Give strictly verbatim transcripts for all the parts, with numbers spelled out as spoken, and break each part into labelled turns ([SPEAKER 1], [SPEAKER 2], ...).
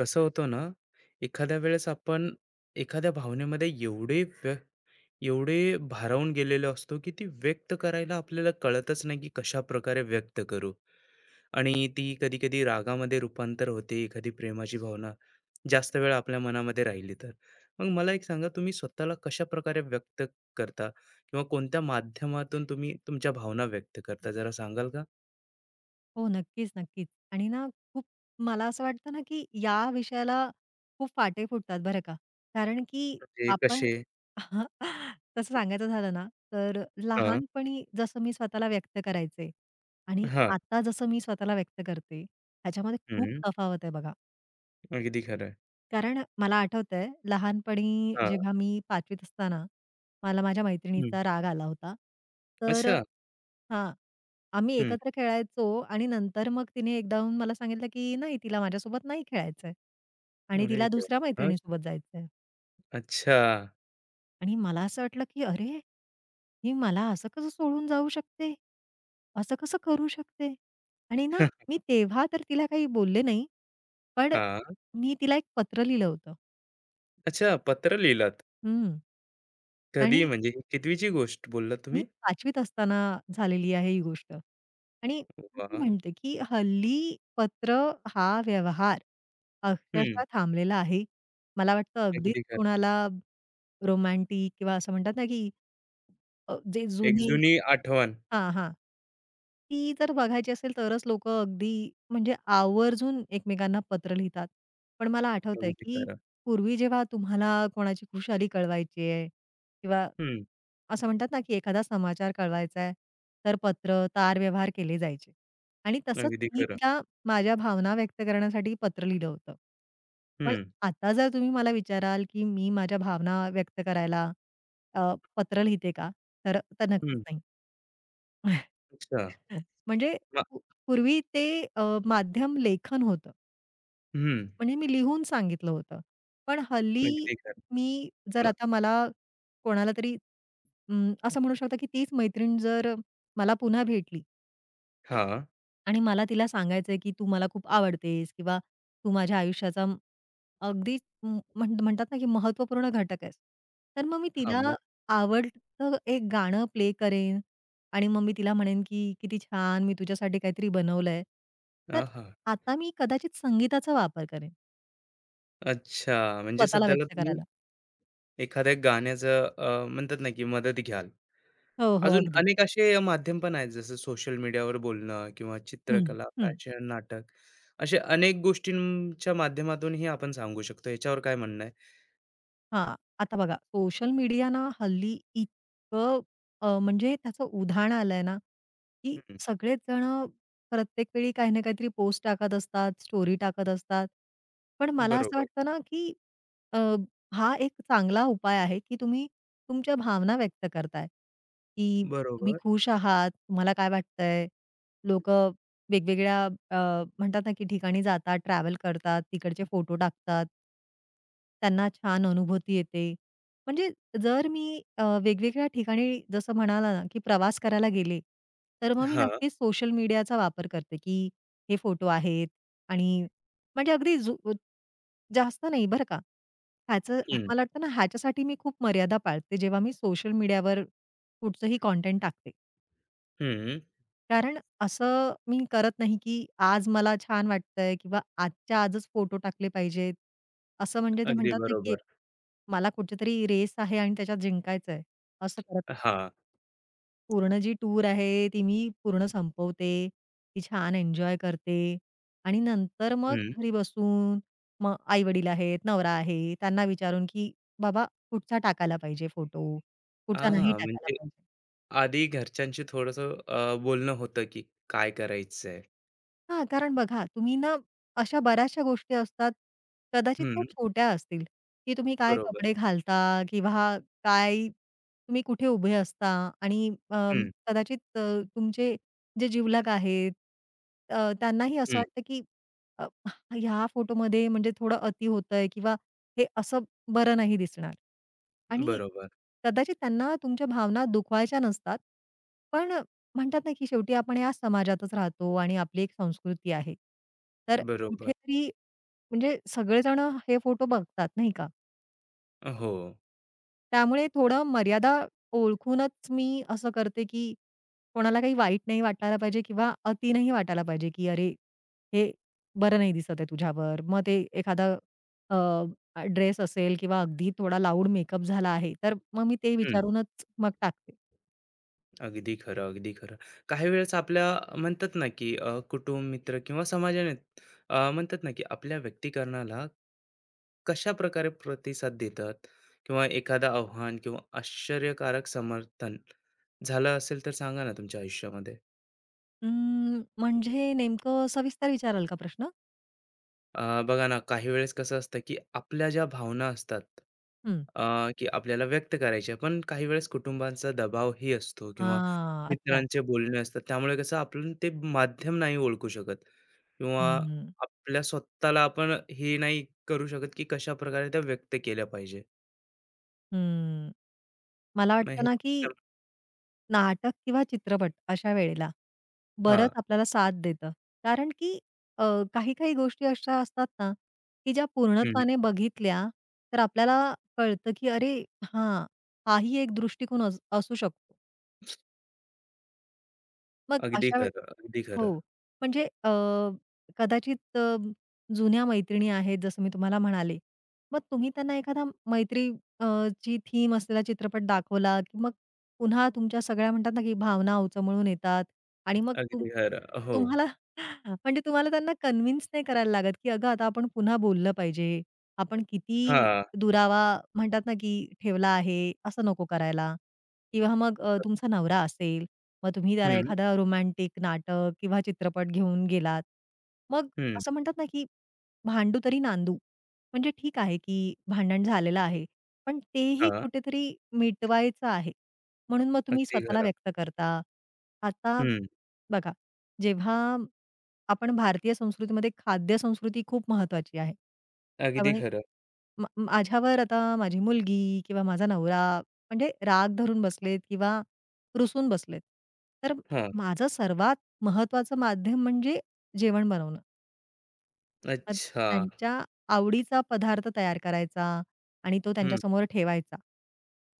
[SPEAKER 1] कसं होतं ना, एखाद्या वेळेस आपण एखाद्या भावनेमध्ये एवढे व्य एवढे भारावून गेलेलो असतो, की ती व्यक्त करायला आपल्याला कळतच नाही, की कशा प्रकारे व्यक्त करू? आणि ती कधी-कधी रागामध्ये रूपांतर होते, एखादी प्रेमाची भावना जास्त वेळ आपल्या मनामध्ये राहिली तर. मग मला एक सांगा, तुम्ही स्वतःला कशाप्रकारे व्यक्त करता? किंवा कोणत्या माध्यमातून तुम्ही तुमच्या भावना व्यक्त करता? जरा सांगाल का?
[SPEAKER 2] हो, नक्कीच, नक्कीच. आणि ना खूप मला असं वाटतं ना, की या विषयाला खूप फाटे फुटतात बरं का. कारण की
[SPEAKER 1] म्हणजे
[SPEAKER 2] आपण
[SPEAKER 1] कसे?
[SPEAKER 2] तसं सांगायचं झालं ना, तर
[SPEAKER 1] हां,
[SPEAKER 2] लहानपणी जसं मी स्वतःला व्यक्त करायचे आणि
[SPEAKER 1] हां.
[SPEAKER 2] आता जसं मी स्वतःला व्यक्त करते, ह्याच्यामध्ये खूप
[SPEAKER 1] हं,
[SPEAKER 2] तफावत आहे बघा.
[SPEAKER 1] अगदी खरं आहे.
[SPEAKER 2] कारण मला आठवतंय लहानपणी
[SPEAKER 1] हां,
[SPEAKER 2] जेव्हा मी पाचवीत असताना, मला माझ्या
[SPEAKER 1] हं.
[SPEAKER 2] मैत्रिणीचा राग आला होता. तर अ,
[SPEAKER 1] अच्छा.
[SPEAKER 2] हां. आम्ही एकत्र खेळायचो आणि नंतर मग तिने एकदा येऊन मला सांगितलं, की नाही तिला माझ्यासोबत नाही खेळायचंय आणि
[SPEAKER 1] अरे
[SPEAKER 2] तिला
[SPEAKER 1] देवा!
[SPEAKER 2] दुसऱ्या
[SPEAKER 1] मग?
[SPEAKER 2] मैत्रिणीसोबत जायचंय.
[SPEAKER 1] अच्छा.
[SPEAKER 2] आणि मला असं वाटलं, की अरे, ही मला असं कसं सोडून जाऊ शकते? असं कसं करू शकते? आणि ना मी तेव्हा तर तिला काही बोलले नाही. पण
[SPEAKER 1] हां.
[SPEAKER 2] मी तिला एक पत्र लिहिलं होतं.
[SPEAKER 1] अच्छा, पत्र लिहिलात.
[SPEAKER 2] हं. आणि
[SPEAKER 1] कधी म्हणजे ही कितवीची गोष्ट बोललात
[SPEAKER 2] मी
[SPEAKER 1] तुम्ही?
[SPEAKER 2] पाचवी त असताना झालेली आहे ही गोष्ट. आणि मी
[SPEAKER 1] वाह!
[SPEAKER 2] म्हणते, की हल्ली पत्र हा व्यवहार
[SPEAKER 1] हं.
[SPEAKER 2] अक्षरशः थांबलेला आहे. मला वाटतं अगदीच
[SPEAKER 1] अगदी खरं.
[SPEAKER 2] कोणाला रोमॅन्टिक किंवा असं म्हणतात ना, की अ, जे
[SPEAKER 1] एक
[SPEAKER 2] जुने
[SPEAKER 1] जुनी आठवण.
[SPEAKER 2] हां, हां. ती जर बघायची असेल तरच लोकं अगदी म्हणजे आवर्जून एकमेकांना पत्र लिहितात. पण मला आठवतंय
[SPEAKER 1] अगदी
[SPEAKER 2] की
[SPEAKER 1] खरं.
[SPEAKER 2] पूर्वी जेव्हा तुम्हाला कोणाची खुशाली कळवायची आहे किंवा
[SPEAKER 1] हं.
[SPEAKER 2] असं म्हणतात ना, की एखादा समाचार कळवायचा आहे, तर पत्र, तारव्यवहार केले जायचे. आणि तसंच
[SPEAKER 1] अगदी
[SPEAKER 2] मी
[SPEAKER 1] खरं.
[SPEAKER 2] तिला माझ्या भावना व्यक्त करण्यासाठी पत्र लिहिलं होतं. पण
[SPEAKER 1] हं,
[SPEAKER 2] आता जर तुम्ही मला विचाराल, की मी माझ्या भावना व्यक्त करायला अ, पत्र लिहिते का? तर तर नक्कीच
[SPEAKER 1] हं.
[SPEAKER 2] नाही.
[SPEAKER 1] अच्छा.
[SPEAKER 2] म्हणजे
[SPEAKER 1] मग
[SPEAKER 2] पू पूर्वी ते अ, माध्यम लेखन होतं.
[SPEAKER 1] हं.
[SPEAKER 2] म्हणजे मी लिहून सांगितलं होतं. पण हल्ली
[SPEAKER 1] अगदी खरं.
[SPEAKER 2] मी जर
[SPEAKER 1] मग
[SPEAKER 2] आता मला कोणाला तरी अं, असं म्हणू शकता की तीच मैत्रीण जर मला पुन्हा भेटली,
[SPEAKER 1] हां.
[SPEAKER 2] आणि मला तिला सांगायचंय, की "तू मला खूप आवडतेस किंवा तू माझ्या आयुष्याचा म- अगदी म म्हण म्हणतात ना, की महत्त्वपूर्ण घटक आहेस." तर मग मी
[SPEAKER 1] हां.
[SPEAKER 2] तिला
[SPEAKER 1] मग?
[SPEAKER 2] आवडतं एक गाणं प्ले करेन आणि मग मी तिला म्हणेन, की "किती छान मी तुझ्यासाठी काहीतरी बनवलंय." तर
[SPEAKER 1] आहा!
[SPEAKER 2] आता मी कदाचित संगीताचा वापर करेन
[SPEAKER 1] अच्छा. म्हणजे
[SPEAKER 2] स्वतःला
[SPEAKER 1] सध्याला
[SPEAKER 2] व्यक्त
[SPEAKER 1] तुम्ही
[SPEAKER 2] करायला.
[SPEAKER 1] एखाद्या गाण्याचं अ, म्हणतात ना, की मदत घ्याल.
[SPEAKER 2] हो, हो.
[SPEAKER 1] अजून
[SPEAKER 2] अगदी.
[SPEAKER 1] अनेक असे माध्यम पण आहेत, जसं सोशल मीडियावर बोलणं किंवा
[SPEAKER 2] हं,
[SPEAKER 1] चित्रकला,
[SPEAKER 2] हं.
[SPEAKER 1] फॅशन, नाटक अशा अनेक गोष्टींच्या माध्यमातूनही आपण सांगू शकतो. याच्यावर काय म्हणणं आहे?
[SPEAKER 2] हां. आता बघा सोशल मीडिया ना हल्ली इतकं अ, म्हणजे त्याचं उधाण आलंय ना, की
[SPEAKER 1] हं,
[SPEAKER 2] सगळेच जणं प्रत्येक वेळी काही ना काहीतरी पोस्ट टाकत असतात, स्टोरी टाकत असतात. पण मला असं
[SPEAKER 1] बरोबर,
[SPEAKER 2] वाटतं ना, की अ, हा एक चांगला उपाय आहे, की तुम्ही तुमच्या भावना व्यक्त करताय, की तुम्ही
[SPEAKER 1] बरोबर.
[SPEAKER 2] खुश आहात, तुम्हाला काय वाटतंय? लोकं वेगवेगळ्या अ, म्हणतात ना, की ठिकाणी जातात, ट्रॅव्हल करतात, तिकडचे फोटो टाकतात. त्यांना छान अनुभूती येते. म्हणजे जर मी अ, वेगवेगळ्या ठिकाणी जसं म्हणाला ना, की प्रवास करायला गेले, तर मग मी
[SPEAKER 1] हां,
[SPEAKER 2] नक्कीच सोशल मीडियाचा वापर करते, की हे फोटो आहेत आणि म्हणजे अगदी जु जास्त नाही बरं का. ह्याचं
[SPEAKER 1] हं,
[SPEAKER 2] मला वाटतं ना, ह्याच्यासाठी मी खूप मर्यादा पाळते, जेव्हा मी सोशल मीडियावर कुठचंही कंटेंट टाकते.
[SPEAKER 1] हं.
[SPEAKER 2] कारण असं मी करत नाही, की आज मला छान वाटतंय किंवा आजच्या आजच फोटो टाकले पाहिजेत. असं म्हणजे ते
[SPEAKER 1] अगदी
[SPEAKER 2] म्हणतात ना, की
[SPEAKER 1] बरोबर.
[SPEAKER 2] मला कुठेतरी रेस आहे आणि त्याच्यात जिंकायचंय. असं करत नाही.
[SPEAKER 1] हां,
[SPEAKER 2] पूर्ण जी टूर आहे, ती मी पूर्ण संपवते. ती छान एन्जॉय करते आणि नंतर मग
[SPEAKER 1] हं.
[SPEAKER 2] घरी बसून मग आई-वडील आहेत, नवरा आहे, त्यांना विचारून, की "बाबा कुठचा टाकायला पाहिजे फोटो? कुठचा
[SPEAKER 1] हां,
[SPEAKER 2] नाही टाकायला
[SPEAKER 1] म्हणजे
[SPEAKER 2] पाहिजे?"
[SPEAKER 1] आधी घरच्यांशी थोडंसं अ, बोलणं होतं, की काय करायचंय?
[SPEAKER 2] हां, कारण बघा तुम्ही ना अशा बऱ्याचशा गोष्टी असतात, कदाचित त्या
[SPEAKER 1] हं,
[SPEAKER 2] छोट्या असतील, की तुम्ही काय
[SPEAKER 1] बरोबर.
[SPEAKER 2] कपडे घालता किंवा काय तुम्ही कुठे उभे असता आणि अं,
[SPEAKER 1] हं,
[SPEAKER 2] कदाचित अ, तुमचे जे जिवलग आहेत अ, त्यांनाही
[SPEAKER 1] हं.
[SPEAKER 2] असं वाटतं, की अ, ह्या फोटोमध्ये म्हणजे थोडं अति होतंय किंवा हे असं बरं नाही दिसणार आणि
[SPEAKER 1] बरोबर,
[SPEAKER 2] कदाचित त्यांना तुमच्या भावना दुखवायच्या नसतात. पण म्हणतात ना, की शेवटी आपण या समाजातच राहतो आणि आपली एक संस्कृती आहे. तर
[SPEAKER 1] बरोबर.
[SPEAKER 2] कुठेतरी म्हणजे सगळेजण हे फोटो बघतात, नाही का?
[SPEAKER 1] हो.
[SPEAKER 2] त्यामुळे थोडं मर्यादा ओळखूनच मी असं करते, की कोणाला काही वाईट नाही वाटायला पाहिजे किंवा अति नाही वाटायला पाहिजे, की "अरे, हे बरं नाही दिसत आहे तुझ्यावर." मग ते एखादा ड्रेस असेल किंवा अगदी थोडा लाऊड मेकअप झाला आहे, तर मग मी ते विचारूनच मग टाकते.
[SPEAKER 1] अगदी खरं, अगदी खरं. काही वेळेस आपल्या अ, म्हणतात ना, की अ, कुटुंब, मित्र किंवा समाजाने अ, म्हणतात ना, की आपल्या व्यक्तिकरणाला कशाप्रकारे प्रतिसाद देतात किंवा एखादं आव्हान किंवा आश्चर्यकारक समर्थन झालं असेल तर सांगा ना तुमच्या आयुष्यामध्ये?
[SPEAKER 2] अं, म्हणजे नेमकं सविस्तर विचाराल का प्रश्न?
[SPEAKER 1] अ, बघा ना, काही वेळेस कसं असतं, की आपल्या ज्या भावना असतात,
[SPEAKER 2] हं.
[SPEAKER 1] अ, की आपल्याला व्यक्त करायच्या, पण काही वेळेस कुटुंबांचा दबावही असतो किंवा
[SPEAKER 2] हां, अच्छा.
[SPEAKER 1] मित्रांचे बोलणे असतात. त्यामुळे कसं आपण ते माध्यम नाही ओळखू शकत किंवा
[SPEAKER 2] हं,
[SPEAKER 1] आपल्या स्वतःला आपण हे नाही करू शकत, की कशाप्रकारे त्या व्यक्त केल्या पाहिजे.
[SPEAKER 2] हं. मला
[SPEAKER 1] मग
[SPEAKER 2] वाटतं
[SPEAKER 1] हे
[SPEAKER 2] ना, की नाटक किंवा चित्रपट अशा वेळेला बरंच
[SPEAKER 1] हां.
[SPEAKER 2] आपल्याला साथ देतं. कारण की अ, काही-काही गोष्टी अशा असतात ना, की ज्या
[SPEAKER 1] हं.
[SPEAKER 2] पूर्णत्वाने बघितल्या तर आपल्याला कळतं, की अरे हां, हाही एक दृष्टिकोन अस असू शकतो. मग
[SPEAKER 1] अगदी
[SPEAKER 2] अशा वेळ
[SPEAKER 1] खरं, अगदी
[SPEAKER 2] हो.
[SPEAKER 1] खरं,
[SPEAKER 2] म्हणजे अ, कदाचित अ, जुन्या मैत्रिणी आहेत जसं मी तुम्हाला म्हणाले. मग तुम्ही त्यांना एखादा मैत्री अ, ची थीम असलेला चित्रपट दाखवला, की मग पुन्हा तुमच्या सगळ्या म्हणतात ना, की भावना उचमळून येतात आणि मग तुम
[SPEAKER 1] अगदी खरं. हो.
[SPEAKER 2] तुम्हाला म्हणजे तुम्हाला त्यांना कन्व्हिन्स नाही करायला लागत, की "अगं आता आपण पुन्हा बोललं पाहिजे. आपण किती
[SPEAKER 1] हां.
[SPEAKER 2] दुरावा म्हणतात ना, की ठेवला आहे, असं नको करायला." किंवा मग अ, तुमचा नवरा असेल मग तुम्ही त्याला
[SPEAKER 1] हं,
[SPEAKER 2] एखादं रोमॅन्टिक नाटक किंवा चित्रपट घेऊन गेलात. मग
[SPEAKER 1] हं.
[SPEAKER 2] असं म्हणतात ना, की भांडू तरी नांदू. म्हणजे ठीक आहे, की भांडण झालेलं आहे. पण तेही
[SPEAKER 1] हां.
[SPEAKER 2] कुठेतरी मिटवायचं आहे. म्हणून मग तुम्ही
[SPEAKER 1] अगदी
[SPEAKER 2] स्वतःला
[SPEAKER 1] खरं.
[SPEAKER 2] व्यक्त करता. आता
[SPEAKER 1] हं.
[SPEAKER 2] बघा, जेव्हा आपण भारतीय संस्कृतीमध्ये खाद्य संस्कृती खूप महत्वाची आहे.
[SPEAKER 1] अगदी
[SPEAKER 2] त्यामुळे
[SPEAKER 1] खरं.
[SPEAKER 2] मा माझ्यावर आता माझी मुलगी किंवा माझा नवरा म्हणजे राग धरून बसलेत किंवा रुसून बसलेत. तर माझं सर्वात महत्त्वाचं माध्यम म्हणजे जेवण बनवणं. मग
[SPEAKER 1] अच्छा.
[SPEAKER 2] त्यांच्या आवडीचा पदार्थ तयार करायचा आणि तो
[SPEAKER 1] हं,
[SPEAKER 2] त्यांच्यासमोर ठेवायचा.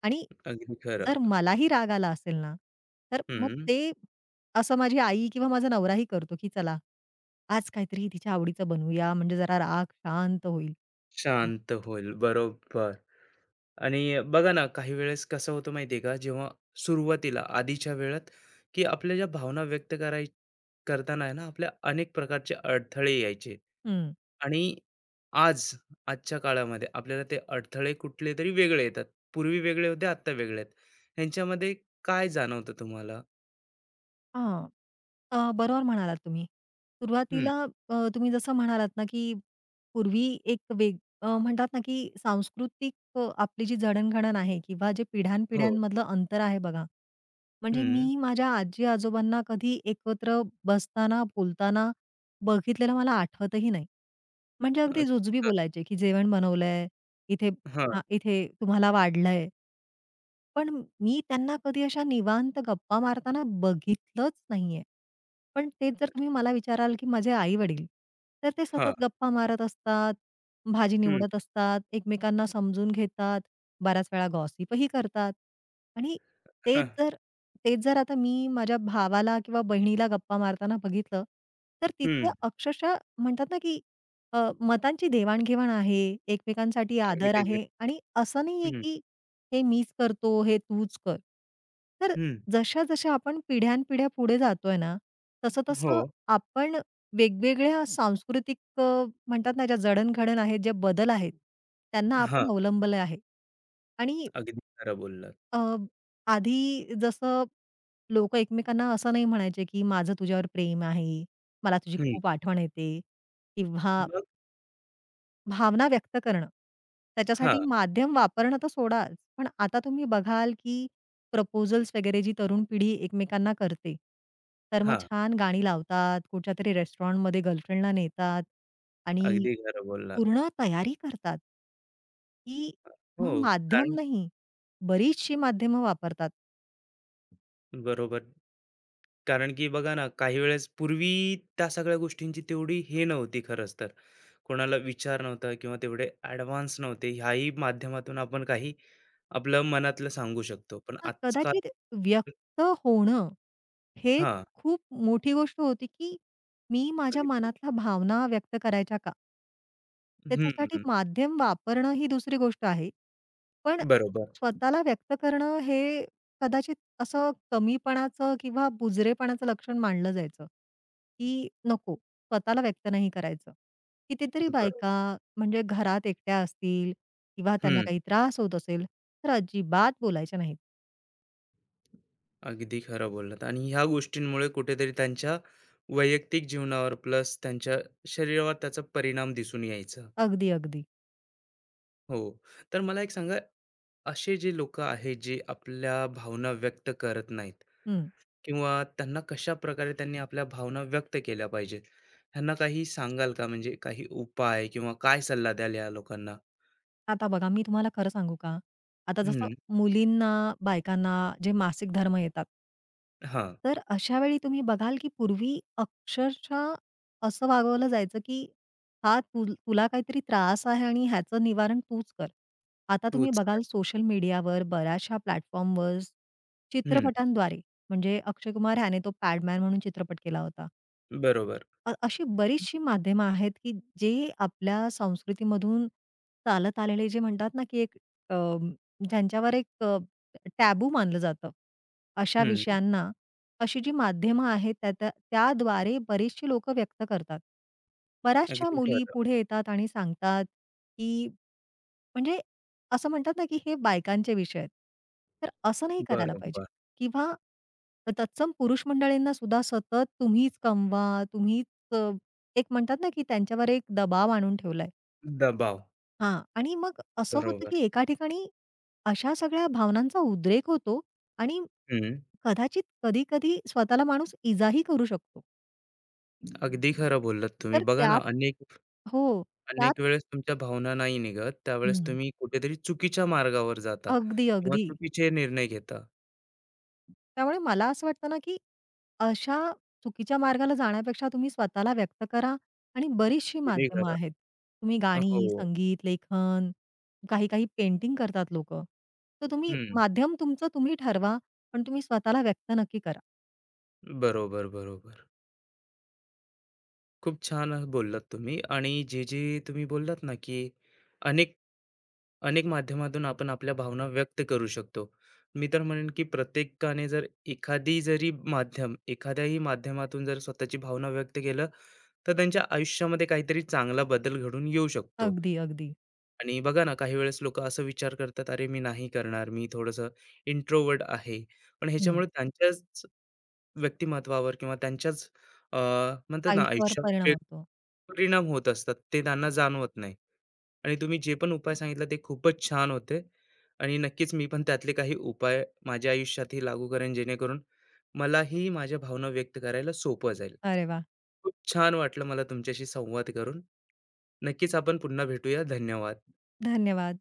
[SPEAKER 2] आणि
[SPEAKER 1] अगदी खरं.
[SPEAKER 2] जर मलाही राग आला असेल ना, तर मग
[SPEAKER 1] हं,
[SPEAKER 2] ते असं माझी आई किंवा माझा नवराही करतो, की चला आज काहीतरी तिच्या आवडीचं बनवूया म्हणजे जरा राग शांत होईल.
[SPEAKER 1] शांत होईल. बरोबर. आणि बघा ना, काही वेळेस कसं होतं माहिती आहे का, जेव्हा सुरुवातीला आधीच्या वेळात, की आपल्या ज्या भावना व्यक्त कराय करताना आहे ना, आपल्या अनेक प्रकारचे अडथळे यायचे आणि आज, आजच्या काळामध्ये आपल्याला ते अडथळे कुठलेतरी वेगळे येतात. पूर्वी वेगळे होते, आत्ता वेगळे आहेत. ह्यांच्यामध्ये काय जाणवतं तुम्हाला?
[SPEAKER 2] हं. अ, बरोबर म्हणालात तुम्ही.
[SPEAKER 1] हं,
[SPEAKER 2] सुरुवातीला अ, तुम्ही जसं म्हणालात ना, की पूर्वी एक वेग अ, म्हणतात ना, की सांस्कृतिक अ, आपली जी जडणघडण आहे किंवा जे
[SPEAKER 1] हो.
[SPEAKER 2] पिढ्यानपिढ्यांमधलं अंतर आहे बघा. म्हणजे
[SPEAKER 1] हं,
[SPEAKER 2] मी माझ्या आजी-आजोबांना कधी एकत्र बसताना, बोलताना बघितलेलं मला आठवतही नाही. म्हणजे अगदी जुजबी
[SPEAKER 1] अच्छा.
[SPEAKER 2] बोलायचे, की जेवण बनवलंय, इथे
[SPEAKER 1] हां,
[SPEAKER 2] हां, इथे तुम्हाला वाढलंय. पण मी त्यांना कधी अशा निवांत गप्पा मारताना बघितलंच नाहीये. पण तेच जर तुम्ही मला विचाराल, की माझे आई-वडील, तर ते
[SPEAKER 1] हां.
[SPEAKER 2] सतत गप्पा मारत असतात, भाजी
[SPEAKER 1] हं,
[SPEAKER 2] निवडत असतात, एकमेकांना समजून घेतात, बऱ्याच वेळा गॉसिपही करतात. आणि तेच
[SPEAKER 1] हां.
[SPEAKER 2] जर तेच जर आता मी माझ्या भावाला किंवा बहिणीला गप्पा मारताना बघितलं, तर तिथे
[SPEAKER 1] हं.
[SPEAKER 2] अक्षरशः म्हणतात ना, की अ, मतांची देवाण-घेवाण आहे, एकमेकांसाठी
[SPEAKER 1] अगदी
[SPEAKER 2] आदर
[SPEAKER 1] खरं.
[SPEAKER 2] आहे आणि असं नाहीये,
[SPEAKER 1] हं,
[SPEAKER 2] की हे मीच करतो, हे तूच कर. तर
[SPEAKER 1] हं.
[SPEAKER 2] जशा-जशा आपण पिढ्यानपिढ्या पुढे जातोय ना,
[SPEAKER 1] हो.
[SPEAKER 2] तसं-तसं आपण वेगवेगळ्या सांस्कृतिक अ, म्हणतात ना, ज्या जडणघडण आहेत, जे बदल आहेत, त्यांना
[SPEAKER 1] हां,
[SPEAKER 2] आपण अवलंबले आहे. आणि
[SPEAKER 1] अगदी खरं बोललात.
[SPEAKER 2] अ, आधी जसं लोकं एकमेकांना असं नाही म्हणायचे, की माझं तुझ्यावर प्रेम आहे, मला तुझी
[SPEAKER 1] हं.
[SPEAKER 2] खूप आठवण येते किंवा
[SPEAKER 1] मग
[SPEAKER 2] भावना व्यक्त करणं.
[SPEAKER 1] हां,
[SPEAKER 2] त्याच्यासाठी माध्यम वापरणं तर सोडाच, पण आता तुम्ही बघाल, की प्रपोजल्स वगैरे जी तरुण पिढी एकमेकांना करते. तर मग
[SPEAKER 1] हां.
[SPEAKER 2] छान गाणी लावतात, कुठच्यातरी रेस्टॉरंटमध्ये गर्लफ्रेंडला नेतात आणि
[SPEAKER 1] अगदी खरं बोललात.
[SPEAKER 2] पूर्ण तयारी करतात. की मग
[SPEAKER 1] हो,
[SPEAKER 2] माध्यम
[SPEAKER 1] कारण
[SPEAKER 2] नाही, बरीचशी माध्यमं वापरतात.
[SPEAKER 1] बरोबर. कारण की बघा ना, काही वेळेस पूर्वी त्या सगळ्या गोष्टींची तेवढी हे नव्हती खरंच तर. कोणाला विचार नव्हता किंवा तेवढे ॲडव्हान्स नव्हते. ह्याही माध्यमातून आपण काही आपलं मनातलं सांगू शकतो. पण
[SPEAKER 2] हां,
[SPEAKER 1] आजकाल
[SPEAKER 2] कदाचित व्यक्त होणं, हे
[SPEAKER 1] हां.
[SPEAKER 2] खूप मोठी गोष्ट होती, की मी माझ्या
[SPEAKER 1] अगदी.
[SPEAKER 2] मनातल्या भावना व्यक्त करायच्या का? त्याच्यासाठी
[SPEAKER 1] हं,
[SPEAKER 2] माध्यम वापरणं ही दुसरी गोष्ट आहे. पण
[SPEAKER 1] बरोबर,
[SPEAKER 2] स्वतःला व्यक्त करणं हे कदाचित असं कमीपणाचं किंवा बुजरेपणाचं लक्षण मानलं जायचं, की नको स्वतःला व्यक्त नाही करायचं. कितीतरी
[SPEAKER 1] बरोबर.
[SPEAKER 2] बायका म्हणजे घरात एकट्या असतील किंवा त्यांना काही त्रास होत असेल, तर अजिबात बोलायच्या नाहीत.
[SPEAKER 1] अगदी खरं बोललात आणि ह्या गोष्टींमुळे कुठेतरी त्यांच्या वैयक्तिक जीवनावर प्लस त्यांच्या शरीरावर त्याचा परिणाम दिसून यायचा.
[SPEAKER 2] अगदी, अगदी.
[SPEAKER 1] हो. तर मला एक सांगा, असे जे लोक आहेत जे आपल्या भावना व्यक्त करत नाहीत
[SPEAKER 2] हं.
[SPEAKER 1] किंवा त्यांना कशा प्रकारे त्यांनी आपल्या भावना व्यक्त केल्या पाहिजेत, ह्यांना काही सांगाल का? म्हणजे काही उपाय किंवा काय सल्ला द्याल या लोकांना?
[SPEAKER 2] आता बघा मी तुम्हाला खरं सांगू का? आता जसं
[SPEAKER 1] हम्म.
[SPEAKER 2] मुलींना, बायकांना जे मासिक धर्म येतात.
[SPEAKER 1] हा.
[SPEAKER 2] तर अशा वेळी तुम्ही बघाल, की पूर्वी अक्षरशः असं वागवलं जायचं, की हा तु तुला काहीतरी त्रास आहे आणि ह्याचं निवारण तूच कर. आता तुम्ही
[SPEAKER 1] तूच.
[SPEAKER 2] बघाल सोशल मीडियावर, बऱ्याचशा प्लॅटफॉर्मवर,
[SPEAKER 1] हम्म.
[SPEAKER 2] चित्रपटांद्वारे म्हणजे अक्षय कुमार ह्याने तो पॅडमॅन म्हणून चित्रपट केला होता.
[SPEAKER 1] बरोबर.
[SPEAKER 2] अ, अशी बरीचशी माध्यमं आहेत, की जे आपल्या संस्कृतीमधून चालत आलेले जे म्हणतात ना, की एक अ, ज्यांच्यावर एक अ, टॅबू मानलं जातं. अशा
[SPEAKER 1] हम्म.
[SPEAKER 2] विषयांना अशी जी माध्यमं आहेत त्या त्या त्याद्वारे बरेचशी लोकं व्यक्त करतात. बऱ्याचशा
[SPEAKER 1] अगदी
[SPEAKER 2] मुली
[SPEAKER 1] खरं.
[SPEAKER 2] पुढे येतात आणि सांगतात, की म्हणजे असं म्हणतात ना, की हे बायकांचे विषय आहेत. तर असं नाही करायला पाहिजे
[SPEAKER 1] बरोबर.
[SPEAKER 2] किंवा तत्सम पुरुष मंडळींना सुद्धा सतत तुम्हीच कमवा, तुम्हीच अ, एक म्हणतात ना, की त्यांच्यावर एक दबाव आणून ठेवलाय.
[SPEAKER 1] दबाव.
[SPEAKER 2] हां. आणि मग असं होतं,
[SPEAKER 1] बरोबर.
[SPEAKER 2] की एका ठिकाणी अशा सगळ्या भावनांचा उद्रेक होतो आणि
[SPEAKER 1] हम्म.
[SPEAKER 2] कदाचित कधी-कधी स्वतःला माणूस इजाही करू शकतो.
[SPEAKER 1] अगदी खरं बोललात तुम्ही.
[SPEAKER 2] तर
[SPEAKER 1] बघा ना,
[SPEAKER 2] त्यात
[SPEAKER 1] अनेक
[SPEAKER 2] हो, त्यात
[SPEAKER 1] अनेक वेळेस तुमच्या भावना नाही निघत, त्यावेळेस
[SPEAKER 2] हं.
[SPEAKER 1] तुम्ही कुठेतरी चुकीच्या मार्गावर जाता
[SPEAKER 2] अगदी,
[SPEAKER 1] किंवा
[SPEAKER 2] अगदी.
[SPEAKER 1] चुकीचे निर्णय घेता.
[SPEAKER 2] त्यामुळे मला असं वाटतं ना, की अशा चुकीच्या मार्गाला जाण्यापेक्षा तुम्ही स्वतःला व्यक्त करा आणि बरीचशी
[SPEAKER 1] अगदी
[SPEAKER 2] माध्यमं
[SPEAKER 1] खरं.
[SPEAKER 2] आहेत. तुम्ही गाणी,
[SPEAKER 1] हो.
[SPEAKER 2] संगीत, लेखन, काही-काही पेंटिंग करतात लोकं. तर तुम्ही
[SPEAKER 1] हं.
[SPEAKER 2] माध्यम तुमचं तुम्ही ठरवा, पण तुम्ही स्वतःला व्यक्त नक्की करा.
[SPEAKER 1] बरोबर, बरोबर. खूप छान बोललात तुम्ही आणि जे, जे तुम्ही बोललात ना, की अनेक अनेक माध्यमातून आपण आपल्या भावना व्यक्त करू शकतो. मी तर म्हणेन, की प्रत्येकाने जर एखादी जरी माध्यम एखाद्याही माध्यमातून जर स्वतःची भावना व्यक्त केलं तर त्यांच्या आयुष्यामध्ये काहीतरी चांगला बदल घडून येऊ शकतो.
[SPEAKER 2] अगदी, अगदी.
[SPEAKER 1] आणि बघा ना, काही वेळेस लोकं असा विचार करतात, "अरे, मी नाही करणार, मी थोडंसं इंट्रोवर्ड आहे." पण
[SPEAKER 2] हं.
[SPEAKER 1] ह्याच्यामुळे त्यांच्याच व्यक्तिमत्त्वावर किंवा त्यांच्याच अ, म्हणतात ना
[SPEAKER 2] आयुष्यावर
[SPEAKER 1] आयुष्यावर
[SPEAKER 2] परिणाम
[SPEAKER 1] वेग
[SPEAKER 2] होतो.
[SPEAKER 1] परिणाम होत असतात. ते त्यांना जाणवत नाही. आणि तुम्ही जे पण उपाय सांगितला ते खूपच छान होते आणि नक्कीच मी पण त्यातले काही उपाय माझ्या आयुष्यातही लागू करेन जेणेकरून मलाही माझ्या भावना व्यक्त करायला सोपं जाईल.
[SPEAKER 2] अरे वाह!
[SPEAKER 1] खूप छान वाटलं मला तुमच्याशी संवाद करून. नक्कीच आपण पुन्हा भेटूया. धन्यवाद.
[SPEAKER 2] धन्यवाद.